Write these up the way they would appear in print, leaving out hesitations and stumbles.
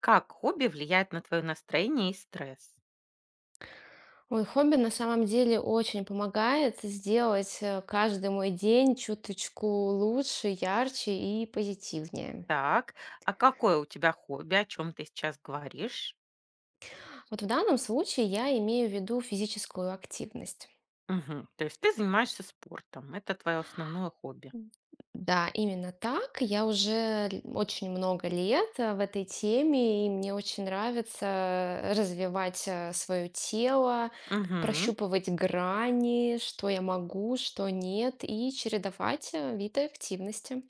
Как хобби влияет на твое настроение и стресс? Мой хобби на самом деле очень помогает сделать каждый мой день чуточку лучше, ярче и позитивнее. Так, а какое у тебя хобби, о чем ты сейчас говоришь? Вот в данном случае я имею в виду физическую активность. Мгм. То есть ты занимаешься спортом, это твое основное хобби. М. Да, именно так. Я уже очень много лет в этой теме, и мне очень нравится развивать свое тело, Мгм. прощупывать грани, что я могу, что нет, и чередовать виды активности.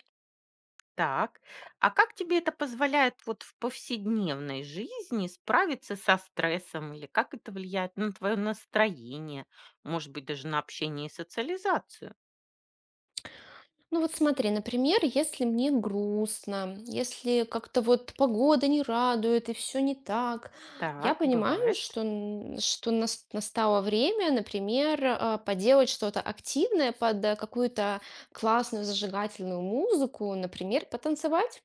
Так, а как тебе это позволяет вот в повседневной жизни справиться со стрессом или как это влияет на твое настроение, может быть, даже на общение и социализацию? Ну вот смотри, например, если мне грустно, если как-то вот погода не радует и все не так, я Так, понимаю, бывает. что, настало время, например, поделать что-то активное под какую-то классную зажигательную музыку, например, потанцевать.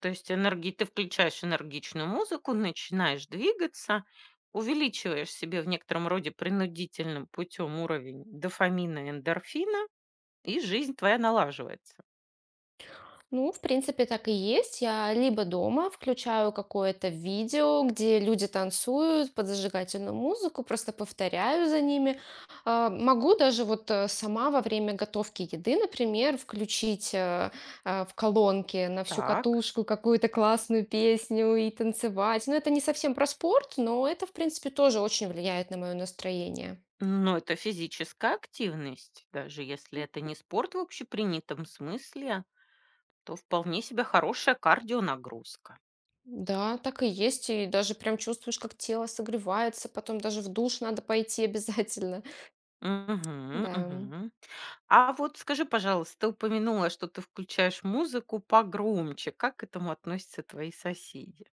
То есть энерги ты включаешь энергичную музыку, начинаешь двигаться, увеличиваешь себе в некотором роде принудительным путем уровень дофамина и эндорфина, и жизнь твоя налаживается. Ну, в принципе, так и есть. Я либо дома включаю какое-то видео, где люди танцуют под зажигательную музыку, просто повторяю за ними. Могу даже вот сама во время готовки еды, например, включить в колонке на всю Так. катушку какую-то классную песню и танцевать. Но это не совсем про спорт, но это, в принципе, тоже очень влияет на мое настроение. Но это физическая активность. Даже если это не спорт в общепринятом смысле, то вполне себе хорошая кардионагрузка. Да, так и есть, и даже прям чувствуешь, как тело согревается, потом даже в душ надо пойти обязательно. Мгм, Да. мгм. А вот скажи, пожалуйста, ты упомянула, что ты включаешь музыку погромче. Как к этому относятся твои соседи?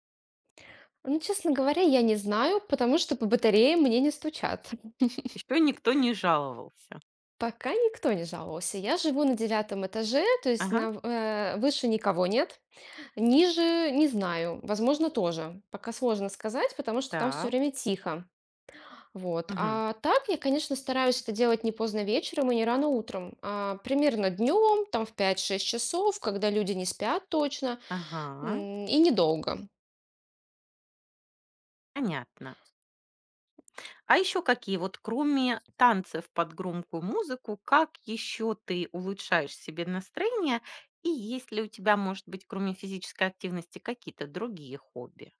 Ну, честно говоря, я не знаю, потому что по батарее мне не стучат. Еще никто не жаловался. Пока никто не жаловался. Я живу на девятом этаже, то есть Ага, выше никого нет, ниже не знаю, возможно, тоже. Пока сложно сказать, потому что там все так. время тихо. Вот. Мгм. А так я, конечно, стараюсь это делать не поздно вечером и не рано утром, а примерно днем, там в 5-6 часов, когда люди не спят точно, Ага, и недолго. понятно. А еще какие вот, кроме танцев под громкую музыку, как еще ты улучшаешь себе настроение? И есть ли у тебя, может быть, кроме физической активности, какие-то другие хобби?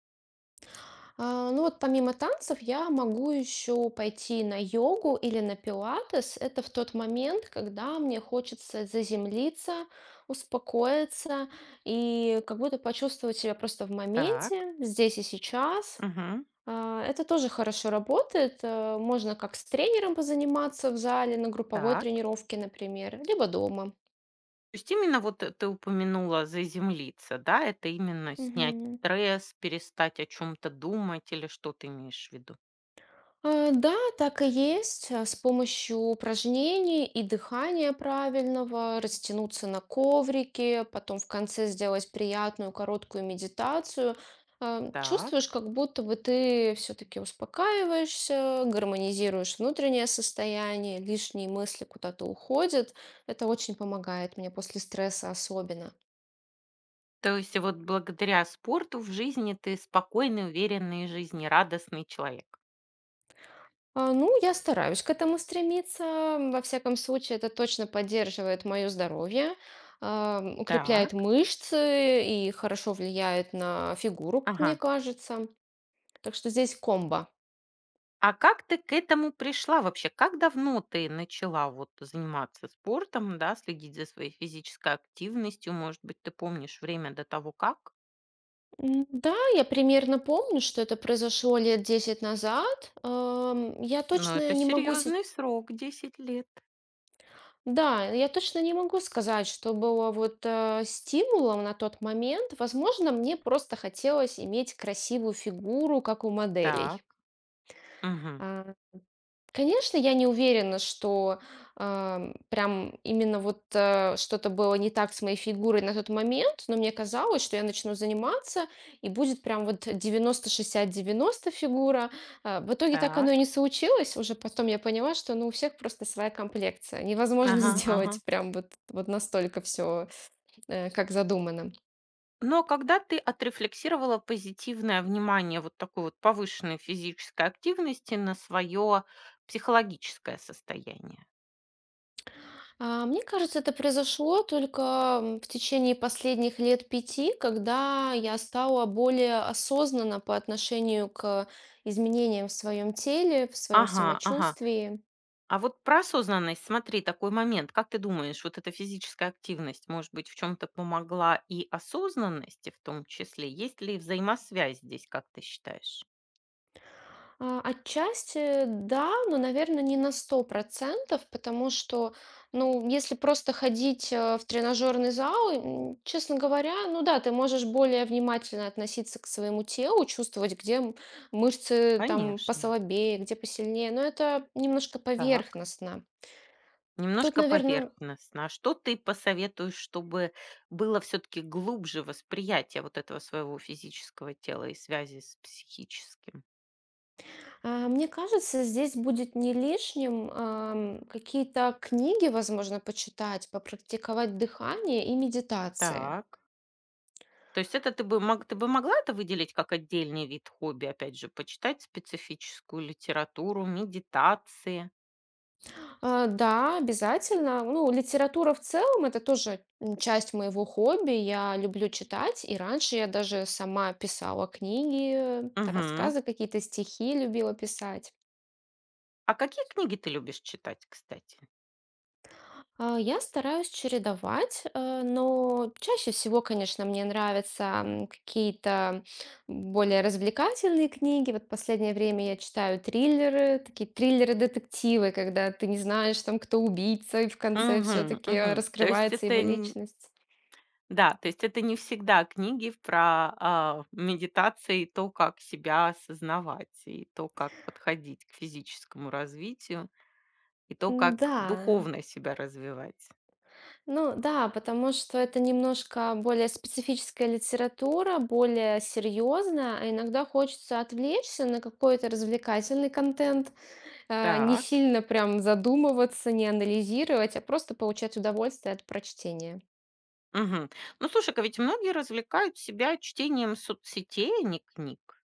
Ну вот помимо танцев я могу еще пойти на йогу или на пилатес. Это в тот момент, когда мне хочется заземлиться, успокоиться и как будто почувствовать себя просто в Так, моменте, здесь и сейчас. мгм, Это тоже хорошо работает. Можно как с тренером позаниматься в зале, на групповой так. тренировке, например, либо дома. То есть именно вот ты упомянула заземлиться, да? Это именно снять Мгм. стресс, перестать о чем-то думать или что ты имеешь в виду? Да, так и есть. С помощью упражнений и дыхания правильного растянуться на коврике, потом в конце сделать приятную короткую медитацию. Так. Чувствуешь, как будто бы ты все-таки успокаиваешься, гармонизируешь внутреннее состояние, лишние мысли куда-то уходят. Это очень помогает мне после стресса особенно. То есть вот благодаря спорту в жизни ты спокойный, уверенный, жизнерадостный человек. Ну, я стараюсь к этому стремиться. Во всяком случае, это точно поддерживает мое здоровье, укрепляет Так. мышцы и хорошо влияет на фигуру, как мне Ага. кажется. Так что здесь комбо. А как ты к этому пришла вообще? Как давно ты начала вот заниматься спортом, да, следить за своей физической активностью? Может быть, ты помнишь время до того, как? Да, я примерно помню, что это произошло лет 10 назад. Я Но точно это не могу. серьезный срок, 10 лет. Да, я точно не могу сказать, что было вот стимулом на тот момент. Возможно, мне просто хотелось иметь красивую фигуру, как у моделей. Так. Мгм. А, Конечно, я не уверена, что, прям именно вот, что-то было не так с моей фигурой на тот момент, но мне казалось, что я начну заниматься, и будет прям вот 90-60-90 фигура. В итоге так оно и Так. не случилось. Уже потом я поняла, что, ну, у всех просто своя комплекция. Невозможно Ага, ага. сделать прям вот настолько все, как задумано. Но когда ты отрефлексировала позитивное внимание вот такой вот повышенной физической активности на свое психологическое состояние? Мне кажется, это произошло только в течение последних лет пяти, когда я стала более осознанна по отношению к изменениям в своем теле, в своем Ага, ага. самочувствии. А вот про осознанность, смотри, такой момент. Как ты думаешь, вот эта физическая активность, может быть, в чем-то помогла и осознанности в том числе? Есть ли взаимосвязь здесь, как ты считаешь? Отчасти да, но, наверное, не на 100%, потому что, ну, если просто ходить в тренажерный зал, честно говоря, ну да, ты можешь более внимательно относиться к своему телу, чувствовать, где мышцы там Конечно. послабее, где посильнее, но это немножко Так. поверхностно. Тут, Немножко наверное, поверхностно. А что ты посоветуешь, чтобы было все-таки глубже восприятие вот этого своего физического тела и связи с психическим? мне кажется, здесь будет не лишним какие-то книги, возможно, почитать, попрактиковать дыхание и медитации. Так. То есть это ты бы могла это выделить как отдельный вид хобби, опять же, почитать специфическую литературу, медитации? Да, обязательно. Ну, литература в целом- это тоже, часть моего хобби. Я люблю читать, и раньше я даже сама писала книги, Мгм. рассказы какие-то, стихи любила писать. А какие книги ты любишь читать, кстати? Я стараюсь чередовать, но чаще всего, конечно, мне нравятся, какие-то более развлекательные книги. Вот последнее время я читаю триллеры, такие триллеры-детективы, когда ты не знаешь, там, кто убийца, и в конце все Угу, таки угу. То есть раскрывается это его личность. Да, то есть это не всегда книги про, медитации, и то, как себя осознавать, и то, как подходить к физическому развитию, и то, как М-да. духовно себя развивать. Ну да, потому что это немножко более специфическая литература, более серьезная, а иногда хочется отвлечься на какой-то развлекательный контент, не Так. сильно прям задумываться, не анализировать, а просто получать удовольствие от прочтения. Мгм. Ну, слушай-ка, ведь многие развлекают себя чтением соцсетей, а не книг.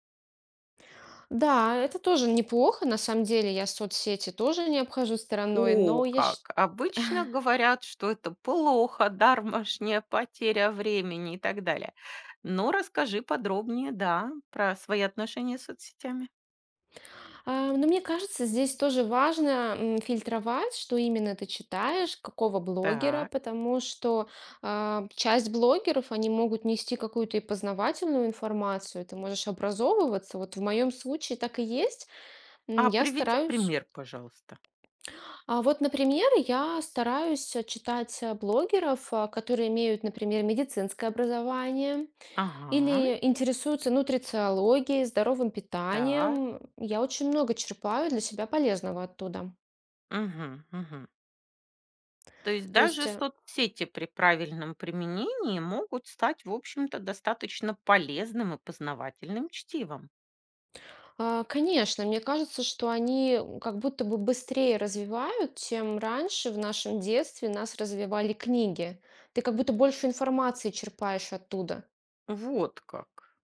Да, это тоже неплохо. На самом деле я соцсети тоже не обхожу стороной, О, но я. как! Обычно говорят, что это плохо, дармашняя потеря времени и так далее. Но расскажи подробнее, да, про свои отношения с соцсетями. Но мне кажется, здесь тоже важно фильтровать, что именно ты читаешь, какого блогера, Так. потому что часть блогеров, они могут нести какую-то и познавательную информацию, ты можешь образовываться. Вот в моем случае так и есть. А Я приведи стараюсь. пример, пожалуйста. А вот, например, я стараюсь читать блогеров, которые имеют, например, медицинское образование. Ага, Или интересуются нутрициологией, здоровым так. питанием. Я очень много черпаю для себя полезного оттуда. Мгм, мгм. То есть То есть, даже соцсети при правильном применении могут стать, в общем-то, достаточно полезным и познавательным чтивом. Конечно, мне кажется, что они как будто бы быстрее развивают, чем раньше в нашем детстве нас развивали книги. Ты как будто больше информации черпаешь оттуда. Вот как.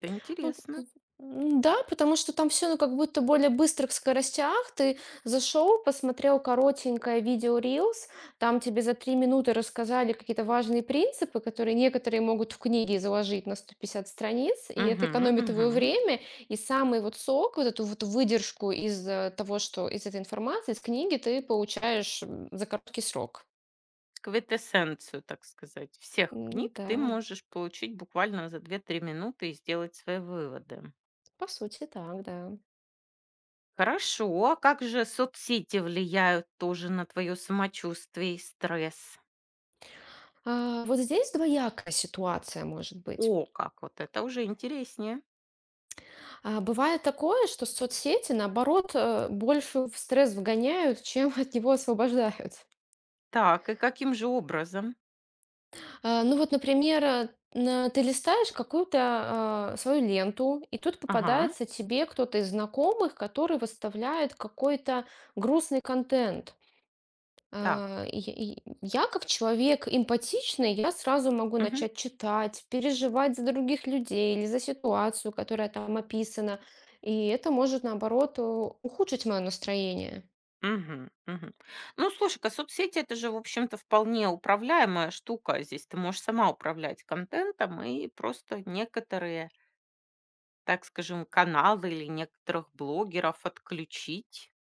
Это Ну, интересно. Да, потому что там все, ну, как будто более быстрых скоростях. Ты зашел, посмотрел коротенькое видео Reels, там тебе за 3 минуты рассказали какие-то важные принципы, которые некоторые могут в книге заложить на 150 страниц, и это Мгм, экономит твое мгм. время. И самый вот сок, вот эту вот выдержку из, того, что из этой информации, из книги ты получаешь, за короткий срок. Квитэссенцию, так сказать, всех М, книг да, ты можешь получить буквально за 2-3 минуты и сделать свои выводы. по сути, так, да. Хорошо, а как же соцсети влияют тоже на твое самочувствие и стресс? Вот здесь двоякая ситуация может быть. О, как, вот это уже интереснее. А бывает такое, что соцсети, наоборот, больше в стресс вгоняют, чем от него освобождают. Так, и каким же образом? Ну вот, например, ты листаешь какую-то свою ленту, и тут Ага, попадается тебе кто-то из знакомых, который выставляет какой-то грустный контент. так. И я как человек эмпатичный, я сразу могу Мгм, начать читать, переживать за других людей или за ситуацию, которая там описана. И это может, наоборот, ухудшить мое настроение. мгм, мгм. Ну, слушай-ка, соцсети это же, в общем-то, вполне управляемая штука. Здесь ты можешь сама управлять контентом, и просто некоторые, так скажем, каналы или некоторых блогеров отключить.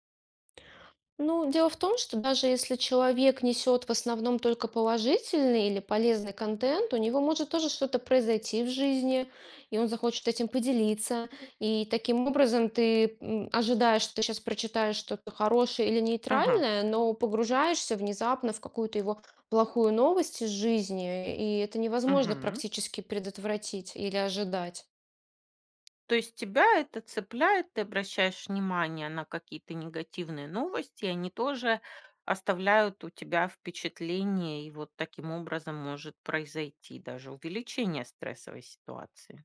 Ну, дело в том, что даже если человек несет в основном только положительный или полезный контент, у него может тоже что-то произойти в жизни, и он захочет этим поделиться. И таким образом ты ожидаешь, что ты сейчас прочитаешь что-то хорошее или Ага, нейтральное, но погружаешься внезапно в какую-то его плохую новость из жизни, и это невозможно мгм. практически предотвратить или ожидать. То есть тебя это цепляет, ты обращаешь внимание на какие-то негативные новости, и они тоже оставляют у тебя впечатление, и вот таким образом может произойти даже увеличение стрессовой ситуации.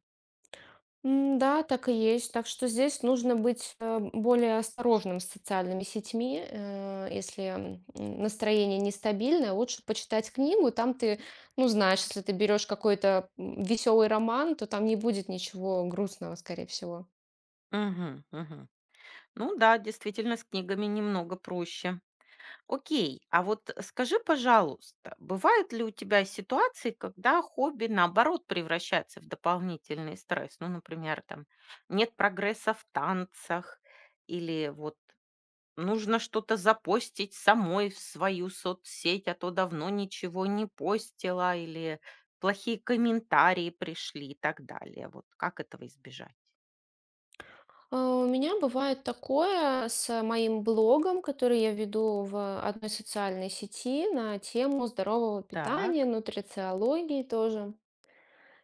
Да, так и есть. Так что здесь нужно быть более осторожным с социальными сетьми. Если настроение нестабильное, лучше почитать книгу. Там ты, ну, знаешь, если ты берешь какой-то веселый роман, то там не будет ничего грустного, скорее всего. Мгм, мгм. Ну да, действительно, с книгами немного проще. Окей, а вот скажи, пожалуйста, бывают ли у тебя ситуации, когда хобби, наоборот, превращается в дополнительный стресс? Ну, например, там нет прогресса в танцах или вот нужно что-то запостить самой в свою соцсеть, а то давно ничего не постила или плохие комментарии пришли и так далее. Вот как этого избежать? У меня бывает такое с моим блогом, который я веду в одной социальной сети на тему здорового питания, Так, нутрициологии тоже.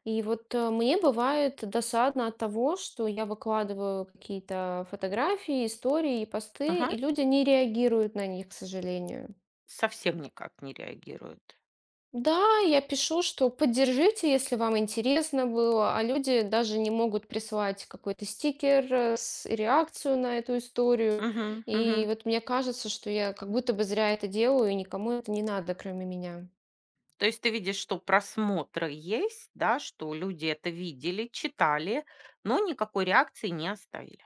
И вот, мне бывает досадно от того, что я выкладываю какие-то фотографии, истории посты, ага, и люди не реагируют на них, к сожалению. совсем никак не реагирует. Да, я пишу, что поддержите, если вам интересно было, а люди даже не могут прислать какой-то стикер с реакцию на эту историю. И Угу. вот мне кажется, что я как будто бы зря это делаю, и никому это не надо, кроме меня. То есть ты видишь, что просмотры есть, да, что люди это видели, читали, но никакой реакции не оставили.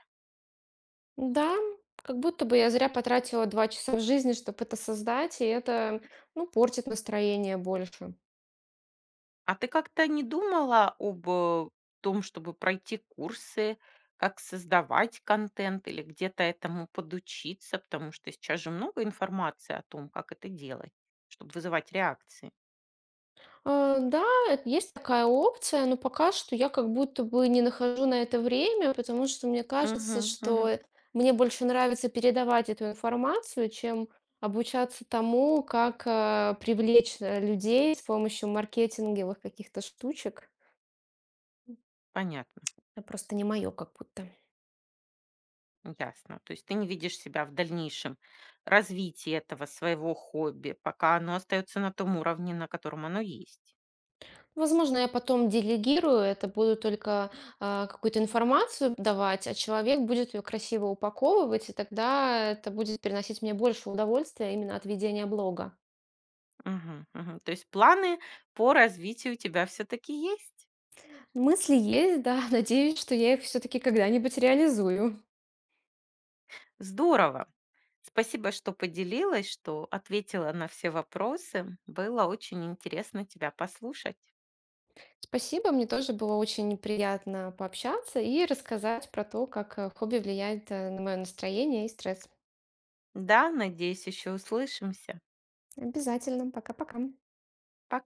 Да, как будто бы я зря потратила 2 часа в жизни, чтобы это создать, и это, ну, портит настроение больше. А ты как-то не думала об том, чтобы пройти курсы, как создавать контент или где-то этому подучиться, потому что сейчас же много информации о том, как это делать, чтобы вызывать реакции. Да, это есть такая опция, но пока что я как будто бы не нахожу на это время, потому что мне Угу, кажется, что угу, мне больше нравится передавать эту информацию, чем обучаться тому, как, привлечь, людей с помощью маркетинговых каких-то штучек. понятно. Это просто не мое как будто. Ясно. То есть ты не видишь себя в дальнейшем развитии этого своего хобби, пока оно остается на том уровне, на котором оно есть. Возможно, я потом делегирую это, буду только какую-то информацию давать, а человек будет ее красиво упаковывать, и тогда это будет приносить мне больше удовольствия именно от ведения блога. Мгм, мгм. То есть планы по развитию у тебя все-таки есть. Мысли есть, да, надеюсь, что я их все-таки когда-нибудь реализую. Здорово. Спасибо, что поделилась, что ответила на все вопросы. Было очень интересно тебя послушать. Спасибо, мне тоже было очень приятно пообщаться и рассказать про то, как хобби влияет на мое настроение и стресс. Да, надеюсь, еще услышимся. Обязательно, пока-пока. Пока.